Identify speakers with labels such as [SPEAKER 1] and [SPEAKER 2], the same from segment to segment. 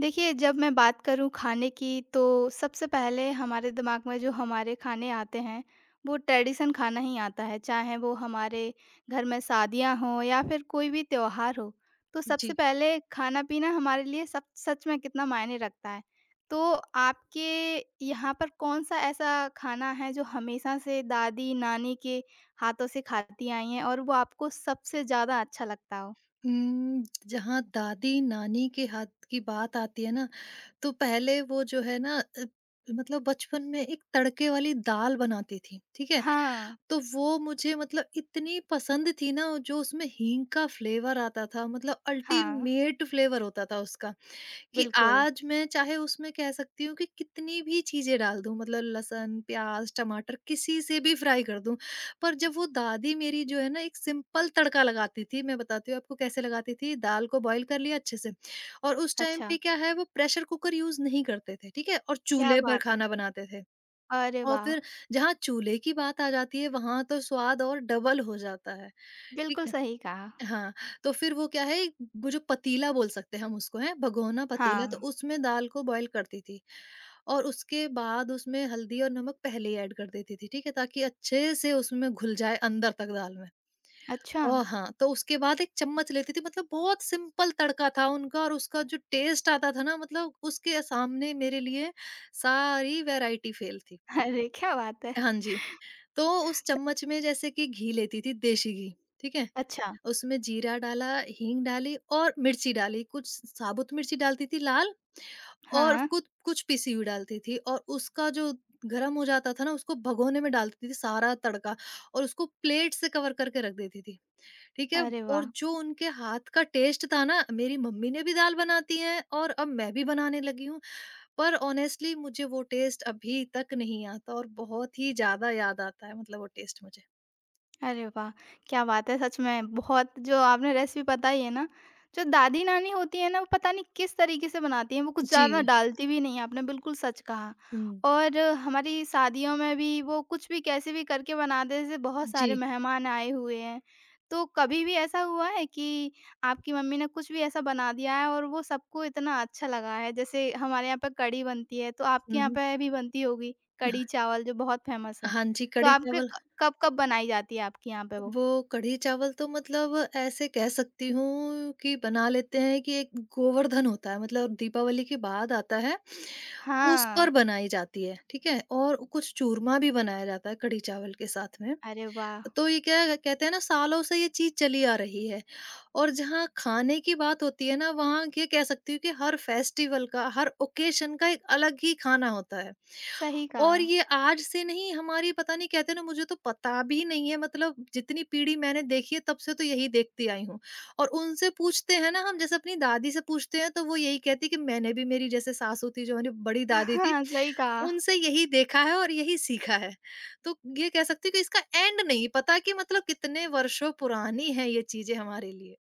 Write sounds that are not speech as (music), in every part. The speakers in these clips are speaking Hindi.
[SPEAKER 1] देखिए, जब मैं बात करूँ खाने की तो सबसे पहले हमारे दिमाग में जो हमारे खाने आते हैं, वो ट्रेडिशन खाना ही आता है। चाहे वो हमारे घर में शादियाँ हों या फिर कोई भी त्योहार हो, तो सबसे
[SPEAKER 2] जी।
[SPEAKER 1] पहले खाना-पीना हमारे लिए सब सच में कितना मायने रखता है। तो आपके यहाँ पर कौन-सा ऐसा खाना है जो हमेशा से दादी, नानी के हाथों से खाती आई हैं और वो आपको सबसे ज़्यादा अच्छा लगता हो?
[SPEAKER 2] उम, जहाँ दादी-नानी के हाथ की बात आती है ना, तो पहले वो जो है ना मतलब बचपन में एक तड़के वाली दाल बनाती थीं, ठीक है?
[SPEAKER 1] हाँ,
[SPEAKER 2] तो वो मुझे मतलब इतनी पसंद थी ना, जो उसमें हींग का फ्लेवर आता था, मतलब
[SPEAKER 1] हाँ,
[SPEAKER 2] अल्टीमेट फ्लेवर होता था उसका। कि
[SPEAKER 1] बिल्कुल।
[SPEAKER 2] आज मैं चाहे उसमें कह सकती हूँ कि कितनी भी चीज़ें डाल दूँ मतलब लहसुन, प्याज़, टमाटर किसी से भी फ्राई कर दूँ। पर जब वो दादी मेरी जो है ना एक सिंपल तड़का लगाती थी, मैं बताती हूँ आपको कैसे लगाती थी, दाल को बॉयल कर लिया अच्छे से और उस टाइम
[SPEAKER 1] अच्छा।
[SPEAKER 2] पे क्या है वो प्रेशर कुकर यूज़ नहीं करते थे, ठीक है? और
[SPEAKER 1] क्या
[SPEAKER 2] चूल्हे पर
[SPEAKER 1] बात है!
[SPEAKER 2] खाना बनाते थे।
[SPEAKER 1] अरे
[SPEAKER 2] और
[SPEAKER 1] वाह!
[SPEAKER 2] फिर जहाँ चूल्हे की बात आ जाती है, वहाँ तो स्वाद और डबल हो जाता है, ठीक
[SPEAKER 1] बिल्कुल
[SPEAKER 2] है?
[SPEAKER 1] सही कहा।
[SPEAKER 2] हाँ, तो फिर वो क्या है, वो जो पतीला बोल सकते हैं हम उसको हैं, भगोना पतीला, तो
[SPEAKER 1] हाँ,
[SPEAKER 2] उसमें दाल को बॉयल करती थी। और उसके बाद उसमें हल्दी और नमक पहले ही ऐड कर देती थी, ठीक है? ताकि अच्छे से उसमें घुल जाए अंदर तक दाल में।
[SPEAKER 1] अच्छा,
[SPEAKER 2] ओह! हाँ, तो उसके बाद एक चम्मच लेती थी, मतलब बहुत सिंपल तड़का था उनका, और उसका जो टेस्ट आता था ना, मतलब उसके सामने मेरे लिए सारी वैरायटी फेल थी।
[SPEAKER 1] (laughs) अरे क्या बात है!
[SPEAKER 2] हाँ जी, तो उस
[SPEAKER 1] स
[SPEAKER 2] चम्मच में जैसे कि घी लेती थी, देशी घी, ठीक है?
[SPEAKER 1] अच्छा,
[SPEAKER 2] उसमें जीरा डाला, हींग डाली और मिर्ची डाली, कुछ साबुत मिर्ची डालती थी लाल, और
[SPEAKER 1] हाँ,
[SPEAKER 2] कुछ कुछ पिसी हुई डालती थी, और उसका जो गरम हो जाता था ना, उसको भगोने में डालती थी सारा तड़का, और उसको प्लेट से कवर करके रख देती थी, ठीक है?
[SPEAKER 1] अरे
[SPEAKER 2] और
[SPEAKER 1] वाह!
[SPEAKER 2] जो उनके हाथ का टेस्ट था ना, मेरी मम्मी ने भी दाल बनाती हैं और अब मैं भी बनाने लगी हूँ, पर ऑनेस्टली मुझे वो टेस्ट अभी तक नहीं आता, और बहुत ही ज़्यादा याद आता है, मतलब वो टेस्ट मुझे।
[SPEAKER 1] अरे वाह! क्या बात है सच में बहुत जो आपने रेसिपी बताई है ना, जो दादी-नानी होती है ना, वो पता नहीं किस तरीके से बनाती हैं, वो कुछ
[SPEAKER 2] जी।
[SPEAKER 1] ज़्यादा डालती भी नहीं है, आपने बिल्कुल सच कहा।
[SPEAKER 2] हुँ।
[SPEAKER 1] और हमारी शादियों में भी वो कुछ भी कैसे भी करके बना दे जैसे बहुत सारे
[SPEAKER 2] जी।
[SPEAKER 1] मेहमान आए हुए हैं, तो कभी भी ऐसा हुआ है कि आपकी मम्मी ने कुछ भी ऐसा बना दिया है और वो सबको इतना अच्छा लगा है? जैसे हमारे यहाँ पे कढ़ी बनती है, तो आपके
[SPEAKER 2] हुँ,
[SPEAKER 1] यहाँ
[SPEAKER 2] हुँ।
[SPEAKER 1] पे भी बनती होगी, कढ़ी चावल जो बहुत फेमस है।
[SPEAKER 2] हाँ जी,
[SPEAKER 1] तो
[SPEAKER 2] कढ़ी
[SPEAKER 1] आपके
[SPEAKER 2] चावल।
[SPEAKER 1] क कब-कब बनाई जाती है आपके यहाँ पे वो?
[SPEAKER 2] वो कढ़ी चावल तो मतलब ऐसे कह सकती हूँ कि बना लेते हैं कि एक गोवर्धन होता है, मतलब दीपावली के बाद आता है, उस
[SPEAKER 1] हाँ।
[SPEAKER 2] पर बनाई जाती है, ठीक है? और कुछ चूरमा भी बनाया जाता है कढ़ी चावल के साथ में।
[SPEAKER 1] अरे वाह!
[SPEAKER 2] तो ये क्या है, कहते हैं ना, सालों से ये चीज़ चली आ रही है। और जहाँ खाने की बात होती है ना, वहाँ ये कह सकती हूँ कि हर फेस्टिवल का, हर ओकेशन का एक अलग ही खाना होता है।
[SPEAKER 1] सही कहा।
[SPEAKER 2] और ये आज से नहीं, हमारी पता नहीं, कहते हैं ना, मुझे तो पता भी नहीं है, मतलब जितनी पीढ़ी मैंने देखी है तब से तो यही देखती आई हूँ। और उनसे पूछते हैं ना हम, जैसे अपनी दादी से पूछते हैं, तो वो यही कहती है कि मैंने भी, मेरी जैसे सासू थी जो मेरी बड़ी दादी थी,
[SPEAKER 1] हाँ, सही कहा।
[SPEAKER 2] उनसे यही देखा है और यही सीखा है। तो ये कह सकती हूँ कि इसका एंड नहीं पता कि मतलब कितने वर्षों पुरानी है ये चीज़ें हमारे लिए।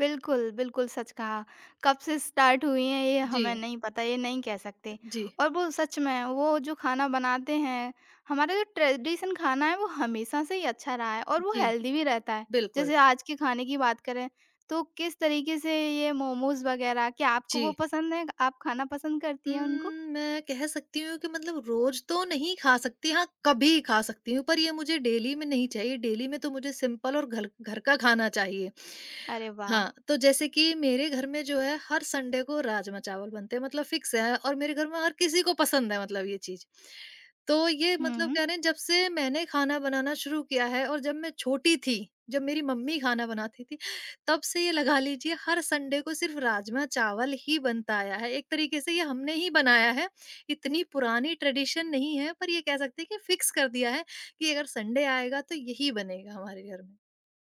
[SPEAKER 1] बिल्कुल, बिल्कुल सच कहा। कब से स्टार्ट हुई हैं ये हमें
[SPEAKER 2] जी,
[SPEAKER 1] नहीं पता, ये नहीं कह सकते।
[SPEAKER 2] जी,
[SPEAKER 1] और वो सच में वो जो खाना बनाते हैं, हमारा जो ट्रेडिशन खाना है वो हमेशा से ही अच्छा रहा है और वो
[SPEAKER 2] जी,
[SPEAKER 1] हेल्दी भी रहता है।
[SPEAKER 2] बिल्कुल।
[SPEAKER 1] जैसे आज के खाने की बात करें, तो किस तरीके से ये मोमोज़ वगैरह, क्या आपको
[SPEAKER 2] जी।
[SPEAKER 1] वो पसंद है? आप खाना पसंद करती हैं उनको?
[SPEAKER 2] मैं कह सकती हूँ कि मतलब रोज़ तो नहीं खा सकती, हाँ, कभी खा सकती हूँ, पर ये मुझे डेली में नहीं चाहिए। डेली में तो मुझे सिंपल और घर घर का खाना चाहिए।
[SPEAKER 1] अरे वाह!
[SPEAKER 2] हाँ, तो जैसे कि मेरे घर में जो है, हर संडे को राजमा-चावल बनते हैं, मतलब फ़िक्स है, और मेरे घर में हर किसी को पसंद है मतलब ये चीज़। तो ये मतलब
[SPEAKER 1] हुँ।
[SPEAKER 2] कह रहे हैं, जब से मैंने खाना बनाना शुरू किया है, और जब मैं छोटी थी, जब मेरी मम्मी खाना बनाती थी, तब से ये लगा लीजिए हर संडे को सिर्फ राजमा-चावल ही बनता आया है। एक तरीके से ये हमने ही बनाया है, इतनी पुरानी ट्रेडिशन नहीं है, पर ये कह सकते हैं कि फिक्स कर दिया है कि अगर संडे आएगा तो यही बनेगा हमारे घर में।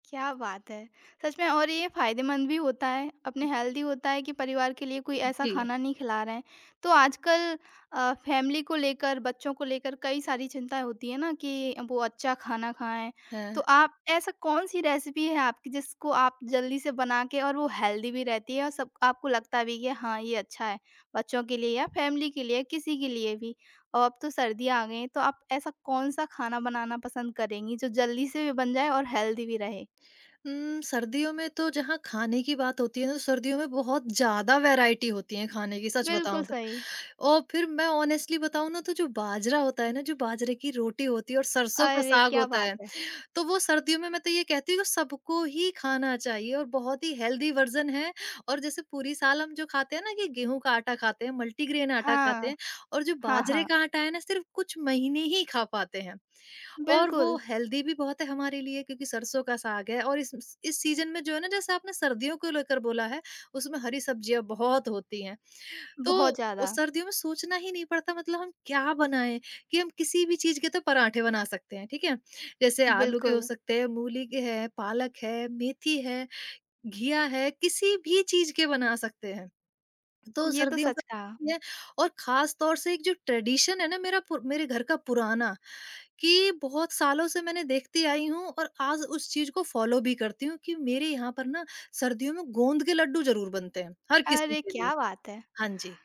[SPEAKER 1] क्या बात है! सच में और ये फ़ायदेमंद भी होता है, अपने हेल्दी होता है कि परिवार के लिए कोई ऐसा
[SPEAKER 2] जी,
[SPEAKER 1] खाना नहीं खिला रहे हैं। तो आजकल फैमिली को लेकर, बच्चों को लेकर कई सारी चिंताएँ होती हैं ना कि वो अच्छा खाना खाएँ। तो
[SPEAKER 2] हाँ।
[SPEAKER 1] आप ऐसा कौन-सी रेसिपी है आपकी जिसको आप जल्दी से बना के और वो हेल्दी भी रहती है और सब आपको लगता भी है कि हाँ, ये अच्छा है, बच्चों के लिए या फैमिली के लिए, किसी के लिए भी। और अब तो सर्दियाँ आ गई हैं, तो आप ऐसा कौन-सा खाना बनाना पसंद करेंगी जो जल्दी से भी बन जाए और हेल्दी भी रहे?
[SPEAKER 2] सर्दियों में तो जहाँ खाने की बात होती है ना, तो सर्दियों में बहुत ज़्यादा वैराइटी होती है खाने की, सच
[SPEAKER 1] बिल्कुल
[SPEAKER 2] बताऊँ तो।
[SPEAKER 1] सही।
[SPEAKER 2] और फिर मैं ऑनेस्टली बताऊँ ना, तो जो बाजरा होता है ना, जो बाजरे की रोटी होती है और सरसों का
[SPEAKER 1] अरे
[SPEAKER 2] साग
[SPEAKER 1] क्या
[SPEAKER 2] होता
[SPEAKER 1] बात
[SPEAKER 2] है,
[SPEAKER 1] है!
[SPEAKER 2] तो वो सर्दियों में मैं तो ये कहती हूँ कि सबको ही खाना चाहिए, और बहुत ही हेल्दी वर्जन है। और जैसे पूरी साल हम जो खाते हैं ना, कि गेहूं का आटा खाते हैं, मल्टीग्रेन आटा खाते
[SPEAKER 1] हाँ,
[SPEAKER 2] हैं, और जो
[SPEAKER 1] हाँ,
[SPEAKER 2] बाजरे
[SPEAKER 1] हाँ।
[SPEAKER 2] का आटा है ना, सिर्फ कुछ महीने ही खा पाते हैं। और वो
[SPEAKER 1] बिल्कुल,
[SPEAKER 2] हेल्दी भी बहुत है हमारे लिए, क्योंकि सरसों का साग है, और इस सीजन में जो है ना, जैसे आपने सर्दियों को लेकर बोला है, उसमें हरी सब्जियां बहुत होती हैं। तो
[SPEAKER 1] बहुत
[SPEAKER 2] वो
[SPEAKER 1] ज़्यादा,
[SPEAKER 2] सर्दियों में सोचना ही नहीं पड़ता मतलब हम क्या बनाएं, कि हम किसी भी चीज के तो पराठे बना सकते हैं, ठीक है? जैसे आलू के हो
[SPEAKER 1] बिल्कुल,
[SPEAKER 2] सकते हैं, मूली के है, पालक है, मेथी है, घिया है, किसी भी चीज के बना सकते हैं। तो
[SPEAKER 1] ये तो
[SPEAKER 2] सर्दियों का
[SPEAKER 1] सच कहा।
[SPEAKER 2] ये है। और खास तौर से एक जो ट्रेडिशन है ना, मेरा मेरे घर का पुराना, कि बहुत सालों से मैंने देखती आई हूँ और आज उस चीज को फॉलो भी करती हूँ, कि मेरे यहाँ पर ना सर्दियों में गोंद के लड्डू जरूर बनते हैं हर किसी
[SPEAKER 1] अरे
[SPEAKER 2] के लिए।
[SPEAKER 1] क्या बात है!
[SPEAKER 2] हाँ जी।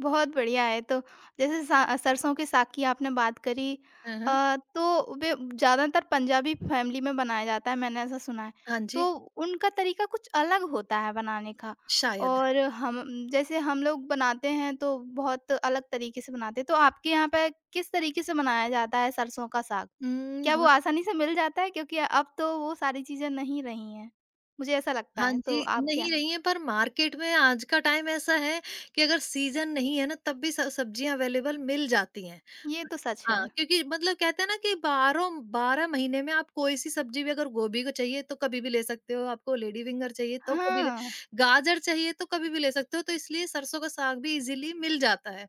[SPEAKER 1] बहुत बढ़िया है तो जैसे सा सरसों के साग की आपने बात करी
[SPEAKER 2] हाँ, हाँ।
[SPEAKER 1] तो वे ज़्यादातर पंजाबी फैमिली में बनाया जाता है, मैंने ऐसा सुना है।
[SPEAKER 2] हाँ जी।
[SPEAKER 1] तो उनका तरीका कुछ अलग होता है बनाने का
[SPEAKER 2] शायद।
[SPEAKER 1] और हम जैसे हम लोग बनाते हैं तो बहुत अलग तरीके से बनाते हैं। तो आपके यहाँ पे किस तरीके से बनाया जाता है सरसों का साग? क्या वो
[SPEAKER 2] हमा
[SPEAKER 1] आसानी से मिल जाता है? क्योंकि अब तो वो सारी चीज़ें नहीं रही हैं। मुझे ऐसा लगता
[SPEAKER 2] हाँ
[SPEAKER 1] है, तो
[SPEAKER 2] जी,
[SPEAKER 1] आप क्या
[SPEAKER 2] नहीं रही हैं, पर मार्केट में आज का टाइम ऐसा है कि अगर सीज़न नहीं है ना, तब भी स सब्जियाँ अवेलेबल मिल जाती हैं।
[SPEAKER 1] ये तो सच
[SPEAKER 2] हाँ,
[SPEAKER 1] है।
[SPEAKER 2] क्योंकि मतलब कहते हैं ना कि बारो 12 महीने में आप कोई-सी सब्जी भी, अगर गोभी को चाहिए तो कभी भी ले सकते हो, आपको लेडी फिंगर चाहिए तो कभी ले,
[SPEAKER 1] हाँ,
[SPEAKER 2] गाजर चाहिए तो कभी भी ले सकते हो, तो इसलिए सरसों का साग भी इज़िली मिल जाता है।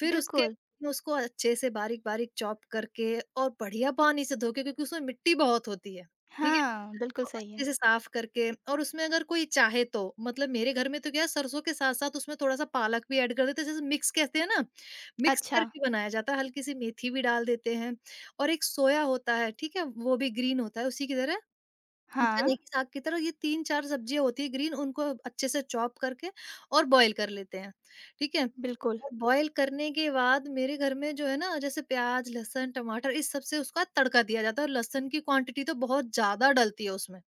[SPEAKER 2] फिर उसके,
[SPEAKER 1] बिल्कुल।
[SPEAKER 2] उसको अच्छे से बारीक-बारीक चॉप करके और बढ़िया पानी से धो के, क्योंकि उसमें मिट्टी बहुत होती है, ठीक है?
[SPEAKER 1] हाँ, बिल्कुल
[SPEAKER 2] तो
[SPEAKER 1] सही
[SPEAKER 2] अच्छे
[SPEAKER 1] है।
[SPEAKER 2] से साफ करके, और उसमें अगर कोई चाहे तो, मतलब मेरे घर में तो क्या है, सरसों के साथ साथ उसमें थोड़ा सा पालक भी ऐड कर देते हैं, जैसे मिक्स कहते हैं ना, मिक्स
[SPEAKER 1] अच्छा,
[SPEAKER 2] करके बनाया जाता है, हल्की सी मेथी भी डाल देते हैं। और एक सोया होता है, ठीक है? वो भी ग्रीन होता है उसी की तरह,
[SPEAKER 1] हाँ,
[SPEAKER 2] चने की साग की तरह। ये तीन चार सब्जियां होती है ग्रीन, उनको अच्छे से चॉप करके, और बॉईल कर लेते हैं, ठीक है?
[SPEAKER 1] बिल्कुल।
[SPEAKER 2] और बॉईल करने के बाद मेरे घर में जो है ना, जैसे प्याज, लहसुन, टमाटर, इस सब से उसका तड़का दिया जाता है, और लहसुन की क्वांटिटी तो बहुत ज्यादा डलती है उसमें।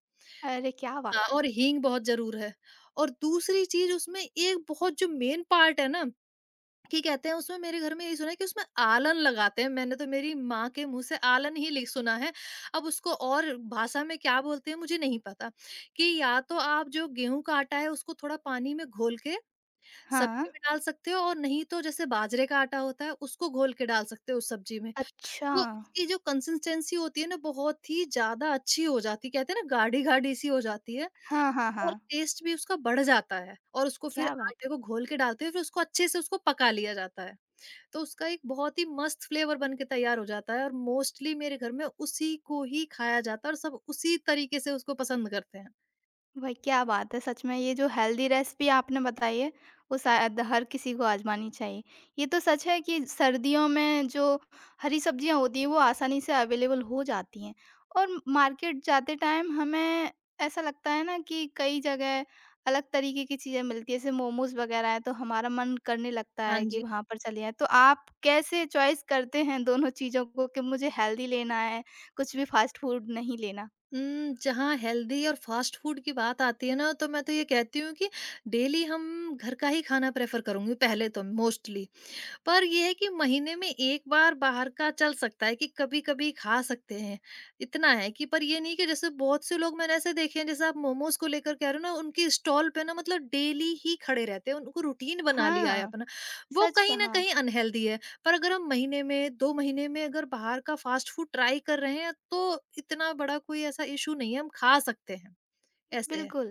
[SPEAKER 1] अरे, क्या
[SPEAKER 2] हाँ,
[SPEAKER 1] बात है!
[SPEAKER 2] और हींग बहुत ज़रूर है। और दूसरी चीज़ उसमें एक बहुत जो मेन पार्ट है ना, कि कहते हैं उसमें, मेरे घर में यही सुना है, कि उसमें आलन लगाते हैं। मैंने तो मेरी माँ के मुँह से आलन ही लि सुना है। अब उसको और भाषा में क्या बोलते हैं मुझे नहीं पता, कि या तो आप जो गेहूँ का आटा है उसको थोड़ा पानी में घोल के
[SPEAKER 1] हाँ,
[SPEAKER 2] सब्ज़ी में डाल सकते हो, और नहीं तो जैसे बाजरे का आटा होता है उसको घोल के डाल सकते हो उस सब्ज़ी में।
[SPEAKER 1] अच्छा।
[SPEAKER 2] तो उसकी जो कंसिस्टेंसी होती है ना, बहुत ही ज़्यादा अच्छी हो जाती है। कहते हैं ना, गाढ़ी-गाढ़ी सी हो जाती है।
[SPEAKER 1] हाँ, हाँ,
[SPEAKER 2] और
[SPEAKER 1] हाँ।
[SPEAKER 2] टेस्ट भी उसका बढ़ जाता है, और उसको फिर
[SPEAKER 1] क्या बात
[SPEAKER 2] आटे
[SPEAKER 1] है!
[SPEAKER 2] को घोल के डालते हैं, फिर उसको अच्छे से उसको पका लिया जाता है। तो उसका एक बहुत ही मस्त फ्लेवर बन के तैयार हो जाता है, और मोस्टली मेरे घर में उसी को ही खाया जाता है, और सब उसी तरीके से उसको पसंद करते हैं।
[SPEAKER 1] भाई क्या बात है सच में ये जो हेल्दी रेसिपी आपने बताई है वो शायद हर किसी को आजमानी चाहिए, ये तो सच है कि सर्दियों में जो हरी सब्जियां होती हैं वो आसानी से अवेलेबल हो जाती हैं। और मार्केट जाते टाइम हमें ऐसा लगता है ना कि कई जगह अलग तरीके की चीजें मिलती है जैसे मोमोज वगैरह है तो हमारा मन करने लगता
[SPEAKER 2] हाँ
[SPEAKER 1] है कि
[SPEAKER 2] जी।
[SPEAKER 1] वहां पर चले जाएं। तो आप कैसे चॉइस करते हैं दोनों चीजों को कि मुझे हेल्दी लेना है, कुछ भी फास्ट फूड नहीं लेना।
[SPEAKER 2] जहाँ हेल्दी और फास्ट फूड की बात आती है ना, तो मैं तो ये कहती हूँ कि डेली हम घर का ही खाना प्रेफ़र करूँगी पहले तो, मोस्टली। पर ये है कि महीने में 1 बार बाहर का चल सकता है, कि कभी-कभी खा सकते हैं, इतना है। कि पर ये नहीं कि, जैसे बहुत से लोग मैंने ऐसे देखे हैं, जैसे आप मोमोज़ को लेकर कह रहे हो ना, उनकी स्टॉल पे ना मतलब डेली ही खड़े रहते हैं, उनको रूटीन बना लिया है
[SPEAKER 1] हाँ,
[SPEAKER 2] अपना। वो
[SPEAKER 1] सच
[SPEAKER 2] कहीं न
[SPEAKER 1] कहा।
[SPEAKER 2] कहीं अनहेल्दी है, पर अगर हम महीने में, 2 महीने में अगर बाहर का फास्ट फूड ट्राई कर रहे हैं, तो इतना बड़ा कोई ऐसा इश्यू नहीं है, हम खा सकते हैं, ऐसे है।
[SPEAKER 1] बिल्कुल,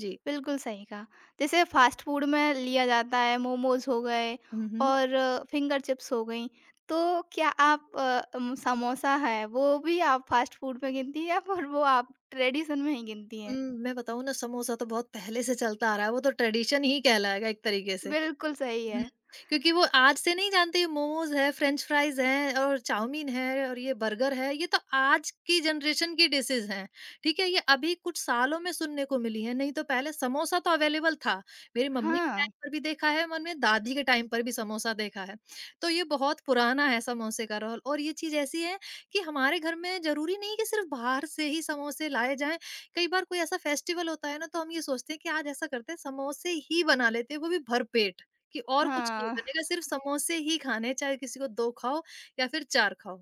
[SPEAKER 2] जी।
[SPEAKER 1] बिल्कुल सही कहा। जैसे फ़ास्ट फ़ूड में लिया जाता है मोमोज़ हो गए
[SPEAKER 2] हुँ, हुँ।
[SPEAKER 1] और फ़िंगर चिप्स हो गईं, तो क्या आप समोसा है वो भी आप फ़ास्ट फ़ूड में गिनती हैं (laughs) या फिर वो आप ट्रेडिशन में ही गिनती
[SPEAKER 2] उम,
[SPEAKER 1] हैं?
[SPEAKER 2] मैं बताऊँ ना, समोसा तो बहुत पहले से चलता आ रहा है, वो तो ट्रेडिशन ही कहलाएगा एक तरीके से।
[SPEAKER 1] बिल्कुल सही है।
[SPEAKER 2] हुँ, क्योंकि वो आज से नहीं जानते ये मोमोज़ है, फ्रेंच फ्राइज़ हैं और चाउमीन है और ये बर्गर है, ये तो आज की जनरेशन की डिशेज़ हैं, ठीक है? ये अभी कुछ सालों में सुनने को मिली हैं, नहीं तो पहले समोसा तो अवेलेबल था। मेरी मम्मी के
[SPEAKER 1] हाँ,
[SPEAKER 2] टाइम पर भी देखा है, मैंने दादी के टाइम पर भी समोसा देखा है। तो ये बहुत पुराना है समोसे का रोल, और ये चीज़ ऐसी है कि हमारे घर में ज़रूरी नहीं कि सिर्फ़ बाहर से ही समोसे लाए जाएँ। कई बार कोई ऐसा फेस्टिवल होता है ना, तो हम ये सोचते हैं कि आज ऐसा करते हैं, समोसे ही बना लेते हैं, वो भी भरपेट। कि और कुछ नहीं
[SPEAKER 1] हाँ,
[SPEAKER 2] बनेगा, सिर्फ समोसे ही खाने हैं, चाहे किसी को 2 खाओ या फिर 4 खाओ।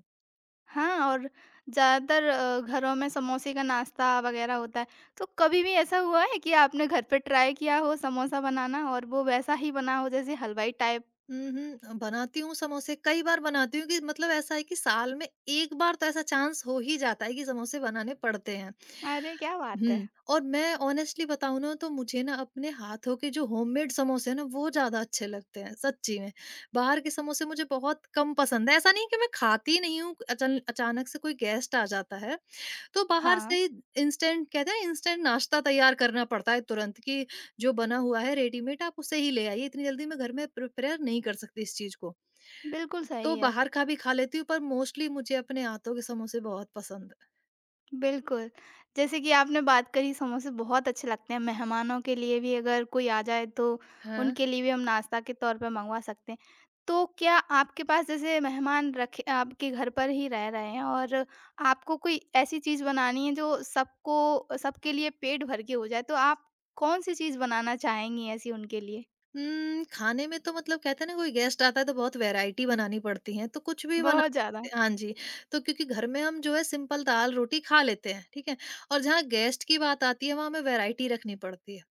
[SPEAKER 1] हाँ और ज़्यादातर घरों में समोसे का नाश्ता वग़ैरह होता है। तो कभी भी ऐसा हुआ है कि आपने घर पे ट्राई किया हो समोसा बनाना और वो वैसा ही बना हो जैसे हलवाई टाइप?
[SPEAKER 2] हुँ, हुँ, बनाती हूँ समोसे, कई बार बनाती हूँ कि मतलब ऐसा है कि साल में 1 बार तो ऐसा चांस हो ही जाता है कि समोसे बनाने पड़ते हैं।
[SPEAKER 1] अरे, क्या बात है!
[SPEAKER 2] हुँ, और मैं ऑनेस्टली बताऊँ ना, तो मुझे ना अपने हाथों के जो होममेड समोसे हैं ना वो ज़्यादा अच्छे लगते हैं, सच्ची में। बाहर के समोसे मुझे बहुत कम पसंद है, ऐसा नहीं है कि मैं खाती नहीं हूँ, अचल अचानक से कोई गेस्ट आ जाता है। तो बाहर
[SPEAKER 1] हाँ।
[SPEAKER 2] से इंस्टेंट कहते हैं, इंस्टेंट नाश्ता तैयार करना पड़ता है तुरंत, कि जो बना हुआ है रेडीमेड आप उसे ही ले आइए, इतनी जल्दी मैं घर में प्रिपेयर नहीं कर सकती इस चीज को।
[SPEAKER 1] बिल्कुल
[SPEAKER 2] तो
[SPEAKER 1] सही है,
[SPEAKER 2] बाहर का भी खा लेती हूँ, पर मोस्टली मुझे अपने हाथों के समोसे बहुत पसंद है।
[SPEAKER 1] बिल्कुल। जैसे कि आपने बात करी समोसे बहुत अच्छे लगते हैं, मेहमानों के लिए भी अगर कोई आ जाए तो
[SPEAKER 2] हाँ।
[SPEAKER 1] उनके लिए भी हम नाश्ता के तौर पे मँगवा सकते हैं। तो क्या आपके पास जैसे मेहमान रखे आपके घर पर ही रह रहे हैं और आपको कोई ऐसी चीज़ बनानी है जो सबको सबके लिए पेट भर के हो जाए, तो आप कौन-सी चीज़ बनाना चाहेंगी ऐसी उनके लिए?
[SPEAKER 2] खाने में तो मतलब कहते हैं ना, कोई गेस्ट आता है तो बहुत वैरायटी बनानी पड़ती है, तो कुछ भी बना।
[SPEAKER 1] बहुत ज़्यादा।
[SPEAKER 2] हाँ जी। तो क्योंकि घर में हम जो है सिंपल दाल रोटी खा लेते हैं, ठीक है। और जहाँ गेस्ट की बात आती है, वहां हमें वैरायटी रखनी पड़ती है।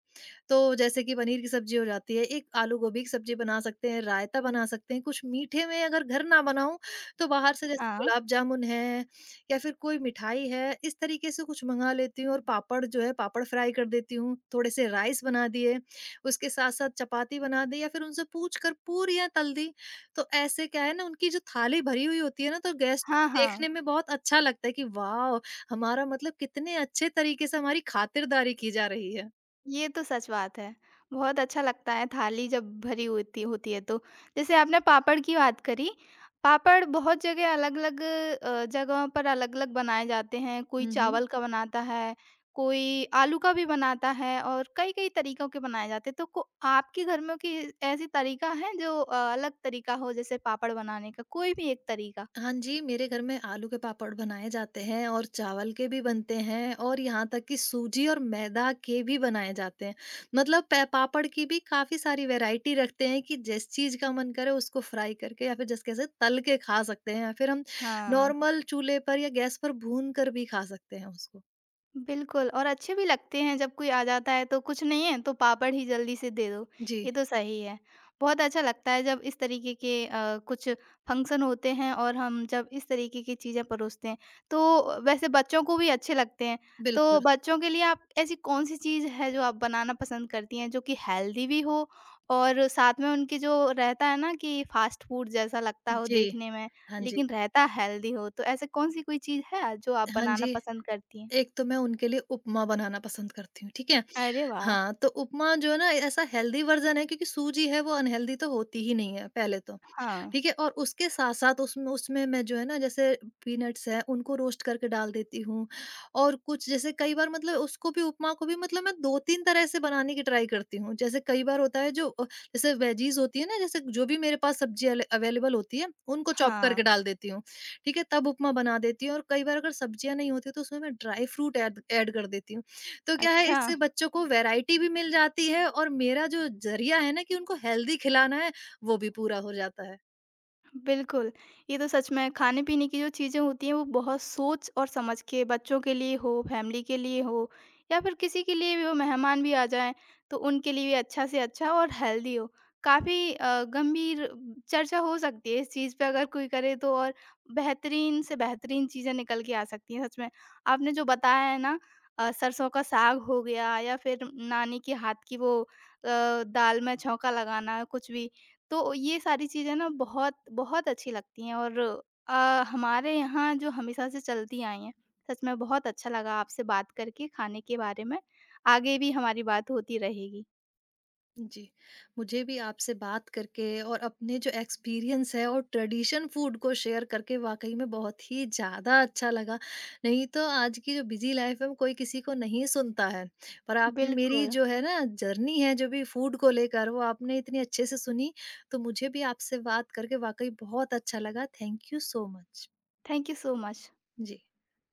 [SPEAKER 2] तो जैसे कि पनीर की सब्जी हो जाती है, एक आलू गोभी की सब्जी बना सकते हैं, रायता बना सकते हैं, कुछ मीठे में अगर घर ना बनाऊँ, तो बाहर से जैसे
[SPEAKER 1] हाँ।
[SPEAKER 2] गुलाब जामुन है या फिर कोई मिठाई है, इस तरीके से कुछ मँगा लेती हूँ। और पापड़ जो है, पापड़ फ्राई कर देती हूँ, थोड़े से राइस बना दिए, उसके साथ-साथ चपाती बना दी, या फिर उनसे पूछ कर पूरियाँ तल दी। तो ऐसे क्या है ना, उनकी जो थाली भरी हुई होती है ना, तो गेस्ट
[SPEAKER 1] हाँ,
[SPEAKER 2] को
[SPEAKER 1] हाँ।
[SPEAKER 2] देखने में बहुत अच्छा लगता है कि वाओ! हमारा मतलब कितने अच्छे तरीके से हमारी खातिरदारी की जा रही है।
[SPEAKER 1] ये तो सच बात है। बहुत अच्छा लगता है थाली जब भरी होती होती है तो। जैसे आपने पापड़ की बात करी, पापड़ बहुत जगह अलग-अलग जगहों पर अलग-अलग बनाए जाते हैं। कोई
[SPEAKER 2] हुँ, हुँ।
[SPEAKER 1] चावल का बनाता है, कोई आलू का भी बनाता है और कई-कई तरीकों के बनाए जाते हैं। तो को आपके घर में कोई ऐसी तरीका है जो अलग तरीका हो जैसे पापड़ बनाने का? कोई भी एक तरीका?
[SPEAKER 2] हाँ जी, मेरे घर में आलू के पापड़ बनाए जाते हैं, और चावल के भी बनते हैं, और यहाँ तक कि सूजी और मैदा के भी बनाए जाते हैं। मतलब पै पापड़ की भी काफ़ी सारी वैराइटी रखते हैं कि जिस चीज़ का मन करे उसको फ्राई करके, या फिर जिस कैसे तल के खा सकते हैं, या फिर हम
[SPEAKER 1] हाँ।
[SPEAKER 2] नॉर्मल चूल्हे पर या गैस पर भून कर भी खा सकते हैं उसको।
[SPEAKER 1] बिल्कुल और अच्छे भी लगते हैं जब कोई आ जाता है तो कुछ नहीं है तो पापड़ ही जल्दी से दे दो,
[SPEAKER 2] जी,
[SPEAKER 1] ये तो सही है। बहुत अच्छा लगता है जब इस तरीके के कुछ फंक्शन होते हैं और हम जब इस तरीके की चीज़ें परोसते हैं, तो वैसे बच्चों को भी अच्छे लगते हैं। तो
[SPEAKER 2] बिल्कुल।
[SPEAKER 1] बच्चों के लिए आप ऐसी कौन-सी चीज़ है जो आप बनाना पसंद करती हैं जो कि हेल्दी भी हो और साथ में उनके जो रहता है ना कि फ़ास्ट फ़ूड जैसा लगता हो
[SPEAKER 2] जी।
[SPEAKER 1] देखने में,
[SPEAKER 2] हाँ जी।
[SPEAKER 1] लेकिन रहता हेल्दी हो, तो ऐसे कौन-सी कोई चीज़ है जो आप
[SPEAKER 2] हाँ
[SPEAKER 1] बनाना
[SPEAKER 2] जी।
[SPEAKER 1] पसंद करती हैं?
[SPEAKER 2] एक तो मैं उनके लिए उपमा बनाना पसंद करती हूँ, ठीक है?
[SPEAKER 1] अरे वाह!
[SPEAKER 2] हाँ, तो उपमा जो है ना, ऐसा हेल्दी वर्ज़न है, क्योंकि सूजी है वो अनहेल्दी तो होती ही नहीं है पहले तो।
[SPEAKER 1] हाँ,
[SPEAKER 2] ठीक है? और उसके साथ-साथ उसमें उसमें मैं जो है ना, जैसे पीनट्स हैं उनको रोस्ट करके डाल देती हूँ। और कुछ जैसे कई बार मतलब उसको भी, उपमा को भी मतलब, मैं 2-3 तरह से बनाने की ट्राई करती हूँ। जैसे कई बार होता है जो जैसे वेजीज़ होती है ना, जैसे जो भी मेरे पास सब्ज़ी अल अवेलेबल होती है, उनको चॉप
[SPEAKER 1] हाँ।
[SPEAKER 2] करके डाल देती हूँ। ठीक है? तब उपमा बना देती हूँ। और कई बार अगर सब्ज़ियाँ नहीं होती तो उसमें मैं ड्राई फ्रूट ऐड ऐड कर देती हूँ। तो क्या है,
[SPEAKER 1] अच्छा।
[SPEAKER 2] इससे बच्चों को वैरायटी भी मिल जाती है, और मेरा जो ज़रिया है ना कि उनको हेल्दी खिलाना है, वो भी पूरा हो जाता है।
[SPEAKER 1] बिल्कुल, ये तो सच में खाने-पीने की जो चीज़ें होती हैं वो बहुत सोच और समझ के बच्चों के लिए हो, फैमिली के लिए हो या फिर किसी के लिए भी हो मेहमान भी आ जाएँ, तो उनके लिए भी अच्छा से अच्छा और हेल्दी हो। काफ़ी गंभीर चर्चा हो सकती है इस चीज़ पे अगर कोई करे तो और बेहतरीन से बेहतरीन चीज़ें निकल के आ सकती हैं सच में। आपने जो बताया है ना सरसों का साग हो गया या फिर नानी के हाथ की वो दाल में छौंका लगाना कुछ भी, तो ये सारी चीज़ें ना बहुत, बहुत अच्छी लगती हैं और अ, हमारे यहाँ जो हमेशा से चलती आई हैं। सच में बहुत अच्छा लगा आपसे बात करके खाने के बारे में। आगे भी हमारी बात होती रहेगी।
[SPEAKER 2] जी, मुझे भी आपसे बात करके और अपने जो एक्सपीरियंस है और ट्रेडिशन फूड को शेयर करके वाक़ई में बहुत ही ज़्यादा अच्छा लगा। नहीं तो आज की जो बिज़ी लाइफ़ है, वो कोई किसी को नहीं सुनता है। पर आपने मेरी
[SPEAKER 1] बिल्कुल।
[SPEAKER 2] जो है ना जर्नी है जो भी फूड को लेकर, वो आपने इतनी अच्छे से सुनी, तो मुझे भी आपसे बात करके वाक़ई बहुत अच्छा लगा। Thank you so much.
[SPEAKER 1] Thank you so much.
[SPEAKER 2] Ji.